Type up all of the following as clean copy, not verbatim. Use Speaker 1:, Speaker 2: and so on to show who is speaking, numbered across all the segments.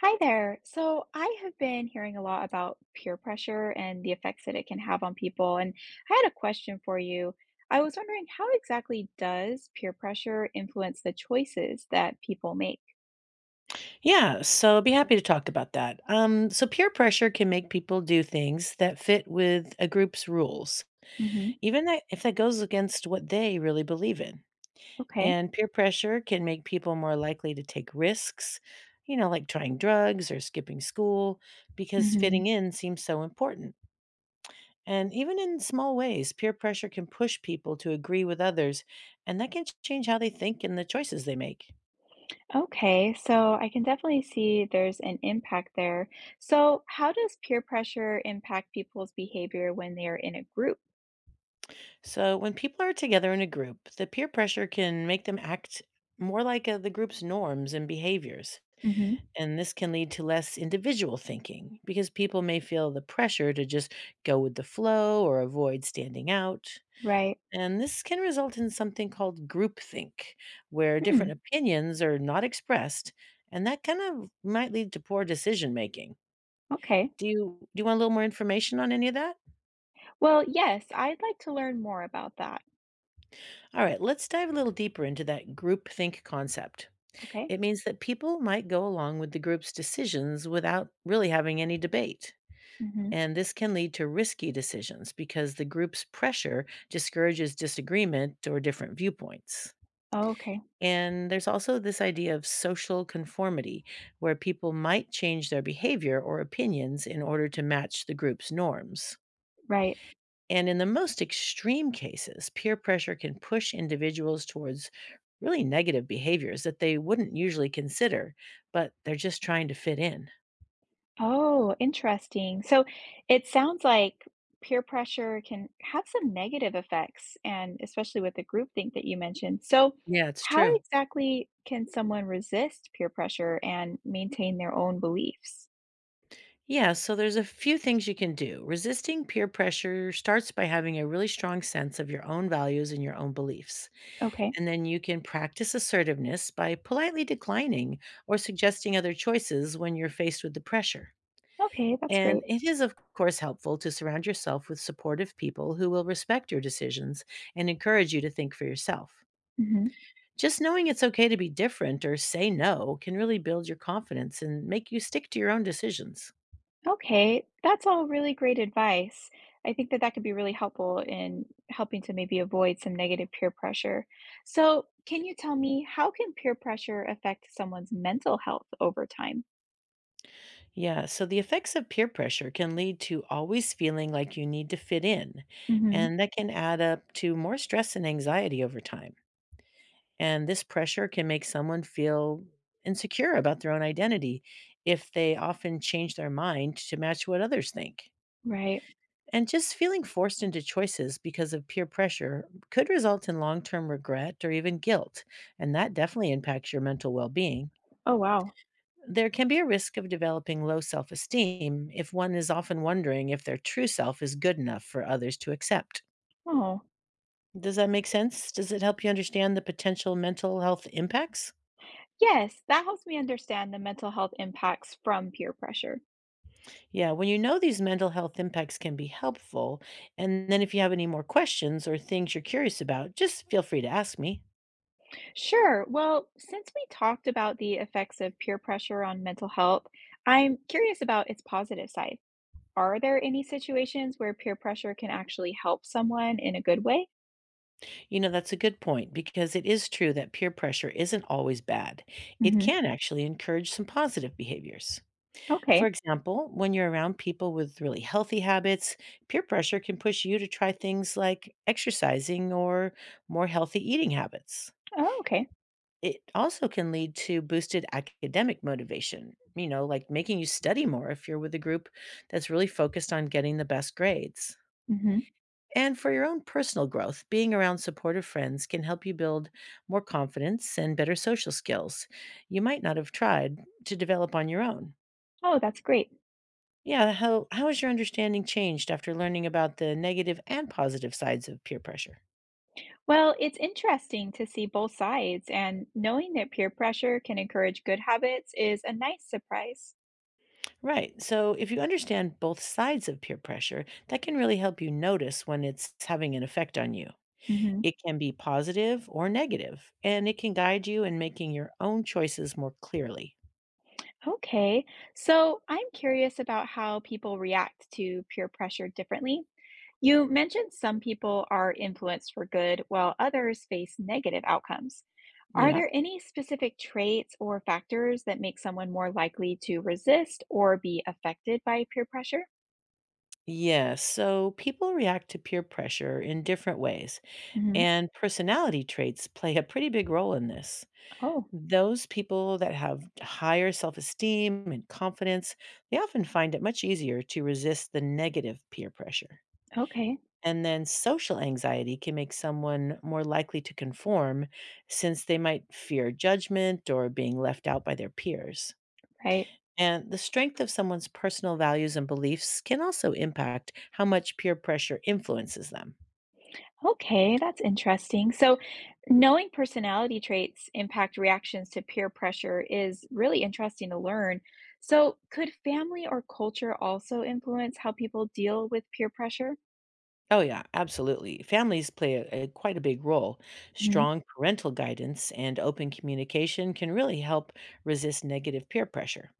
Speaker 1: Hi there. So I have been hearing a lot about peer pressure and the effects that it can have on people. And I had a question for you. I was wondering how exactly does peer pressure influence the choices that people make?
Speaker 2: Yeah, be happy to talk about that. So peer pressure can make people do things that fit with a group's rules,
Speaker 1: Hmm.
Speaker 2: even that if that goes against what they really believe in.
Speaker 1: Okay.
Speaker 2: And peer pressure can make people more likely to take risks, you know, like trying drugs or skipping school, because
Speaker 1: Hmm.
Speaker 2: fitting in seems so important. And even in small ways, peer pressure can push people to agree with others, and that can change how they think and the choices they make.
Speaker 1: Okay. So I can definitely see there's an impact there. So how does peer pressure impact people's behavior when they are in a group?
Speaker 2: So, when people are together in a group, the peer pressure can make them act more like the group's norms and behaviors.
Speaker 1: Hmm.
Speaker 2: And this can lead to less individual thinking because people may feel the pressure to just go with the flow or avoid standing out.
Speaker 1: Right.
Speaker 2: And this can result in something called groupthink, where
Speaker 1: Hmm.
Speaker 2: different opinions are not expressed. And that kind of might lead to poor decision making.
Speaker 1: Okay.
Speaker 2: Do you want a little more information on any of that?
Speaker 1: Well, yes, I'd like to learn more about that.
Speaker 2: All right, let's dive a little deeper into that groupthink concept.
Speaker 1: Okay.
Speaker 2: It means that people might go along with the group's decisions without really having any debate. And this can lead to risky decisions because the group's pressure discourages disagreement or different viewpoints.
Speaker 1: Okay,
Speaker 2: And there's also this idea of social conformity, where people might change their behavior or opinions in order to match the group's norms.
Speaker 1: right.
Speaker 2: And in the most extreme cases, peer pressure can push individuals towards really negative behaviors that they wouldn't usually consider, but they're just trying to fit in.
Speaker 1: Oh, interesting. So it sounds like peer pressure can have some negative effects, and especially with the groupthink that you mentioned. So,
Speaker 2: Yeah, it's
Speaker 1: how
Speaker 2: true.
Speaker 1: exactly can someone resist peer pressure and maintain their own beliefs?
Speaker 2: Yeah, so there's a few things you can do. Resisting peer pressure starts by having a really strong sense of your own values and your own beliefs.
Speaker 1: Okay,
Speaker 2: And then you can practice assertiveness by politely declining or suggesting other choices when you're faced with the pressure.
Speaker 1: okay, that's
Speaker 2: And
Speaker 1: great.
Speaker 2: it is, of course, helpful to surround yourself with supportive people who will respect your decisions and encourage you to think for yourself.
Speaker 1: Mhm.
Speaker 2: Just knowing it's okay to be different or say no can really build your confidence and make you stick to your own decisions.
Speaker 1: Okay, that's all really great advice. I think that that could be really helpful in helping to maybe avoid some negative peer pressure. So, can you tell me how can peer pressure affect someone's mental health over time?
Speaker 2: Yeah, so the effects of peer pressure can lead to always feeling like you need to fit in,
Speaker 1: Hmm.
Speaker 2: and that can add up to more stress and anxiety over time. And this pressure can make someone feel insecure about their own identity if they often change their mind to match what others think.
Speaker 1: Right.
Speaker 2: And just feeling forced into choices because of peer pressure could result in long term regret or even guilt, and that definitely impacts your mental well being.
Speaker 1: Oh, wow.
Speaker 2: There can be a risk of developing low self esteem if one is often wondering if their true self is good enough for others to accept.
Speaker 1: Oh,
Speaker 2: Does that make sense? Does it help you understand the potential mental health impacts?
Speaker 1: yes, that helps me understand the mental health impacts from peer pressure.
Speaker 2: Yeah, when you know these mental health impacts can be helpful, and then if you have any more questions or things you're curious about, just feel free to ask me.
Speaker 1: Sure. Well, since we talked about the effects of peer pressure on mental health, I'm curious about its positive side. Are there any situations where peer pressure can actually help someone in a good way?
Speaker 2: You know, that's a good point because it is true that peer pressure isn't always bad. It
Speaker 1: Mhm.
Speaker 2: can actually encourage some positive behaviors. For
Speaker 1: Okay.
Speaker 2: example, when you're around people with really healthy habits, peer pressure can push you to try things like exercising or more healthy eating habits.
Speaker 1: Oh, okay.
Speaker 2: It also can lead to boosted academic motivation, you know, like making you study more if you're with a group that's really focused on getting the best grades.
Speaker 1: Mhm.
Speaker 2: And for your own personal growth, being around supportive friends can help you build more confidence and better social skills you might not have tried to develop on your own.
Speaker 1: Oh, that's great.
Speaker 2: Yeah, how has your understanding changed after learning about the negative and positive sides of peer pressure?
Speaker 1: Well, it's interesting to see both sides, and knowing that peer pressure can encourage good habits is a nice surprise.
Speaker 2: Right. So if you understand both sides of peer pressure, that can really help you notice when it's having an effect on you.
Speaker 1: Mhm.
Speaker 2: It can be positive or negative, and it can guide you in making your own choices more clearly.
Speaker 1: Okay. So, I'm curious about how people react to peer pressure differently. You mentioned some people are influenced for good while others face negative outcomes. Are
Speaker 2: Yeah.
Speaker 1: there any specific traits or factors that make someone more likely to resist or be affected by peer pressure?
Speaker 2: Yes. So people react to peer pressure in different ways,
Speaker 1: Hmm.
Speaker 2: and personality traits play a pretty big role in this.
Speaker 1: Oh,
Speaker 2: Those people that have higher self esteem and confidence, they often find it much easier to resist the negative peer pressure.
Speaker 1: okay,
Speaker 2: And then social anxiety can make someone more likely to conform since they might fear judgment or being left out by their peers.
Speaker 1: right.
Speaker 2: And the strength of someone's personal values and beliefs can also impact how much peer pressure influences them.
Speaker 1: Okay, that's interesting. So, knowing personality traits impact reactions to peer pressure is really interesting to learn. So, could family or culture also influence how people deal with peer pressure?
Speaker 2: Oh, yeah, absolutely. Families play quite a big role.
Speaker 1: Hmm.
Speaker 2: Strong parental guidance and open communication can really help resist negative peer pressure.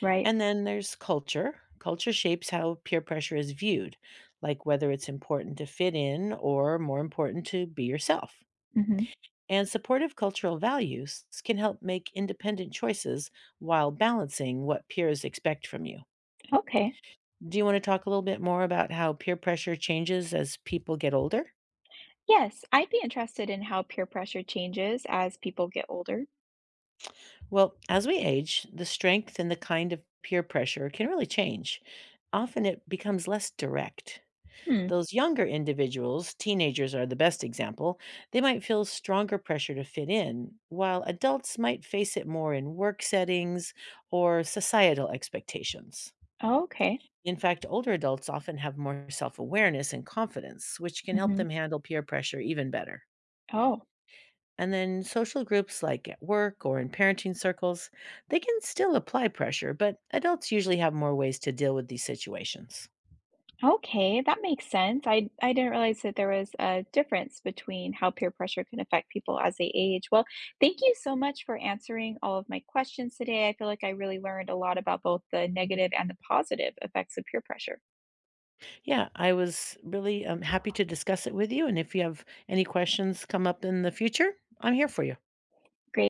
Speaker 1: Right.
Speaker 2: And then there's culture. Culture shapes how peer pressure is viewed, like whether it's important to fit in or more important to be yourself.
Speaker 1: Mm-hmm.
Speaker 2: And supportive cultural values can help make independent choices while balancing what peers expect from you.
Speaker 1: Okay.
Speaker 2: Do you want to talk a little bit more about how peer pressure changes as people get older?
Speaker 1: Yes, I'd be interested in how peer pressure changes as people get older.
Speaker 2: Well, as we age, the strength and the kind of peer pressure can really change. Often it becomes less direct.
Speaker 1: Hmm.
Speaker 2: Those younger individuals, teenagers are the best example, they might feel stronger pressure to fit in, while adults might face it more in work settings or societal expectations.
Speaker 1: Okay.
Speaker 2: In fact, older adults often have more self awareness and confidence, which can help
Speaker 1: Hmm.
Speaker 2: them handle peer pressure even better.
Speaker 1: Oh,
Speaker 2: And then social groups like at work or in parenting circles, they can still apply pressure, but adults usually have more ways to deal with these situations.
Speaker 1: okay. That makes sense. I didn't realize that there was a difference between how peer pressure can affect people as they age. Well, thank you so much for answering all of my questions today. I feel like I really learned a lot about both the negative and the positive effects of peer pressure.
Speaker 2: Yeah, I was really happy to discuss it with you. And if you have any questions come up in the future, I'm here for you.
Speaker 1: Great.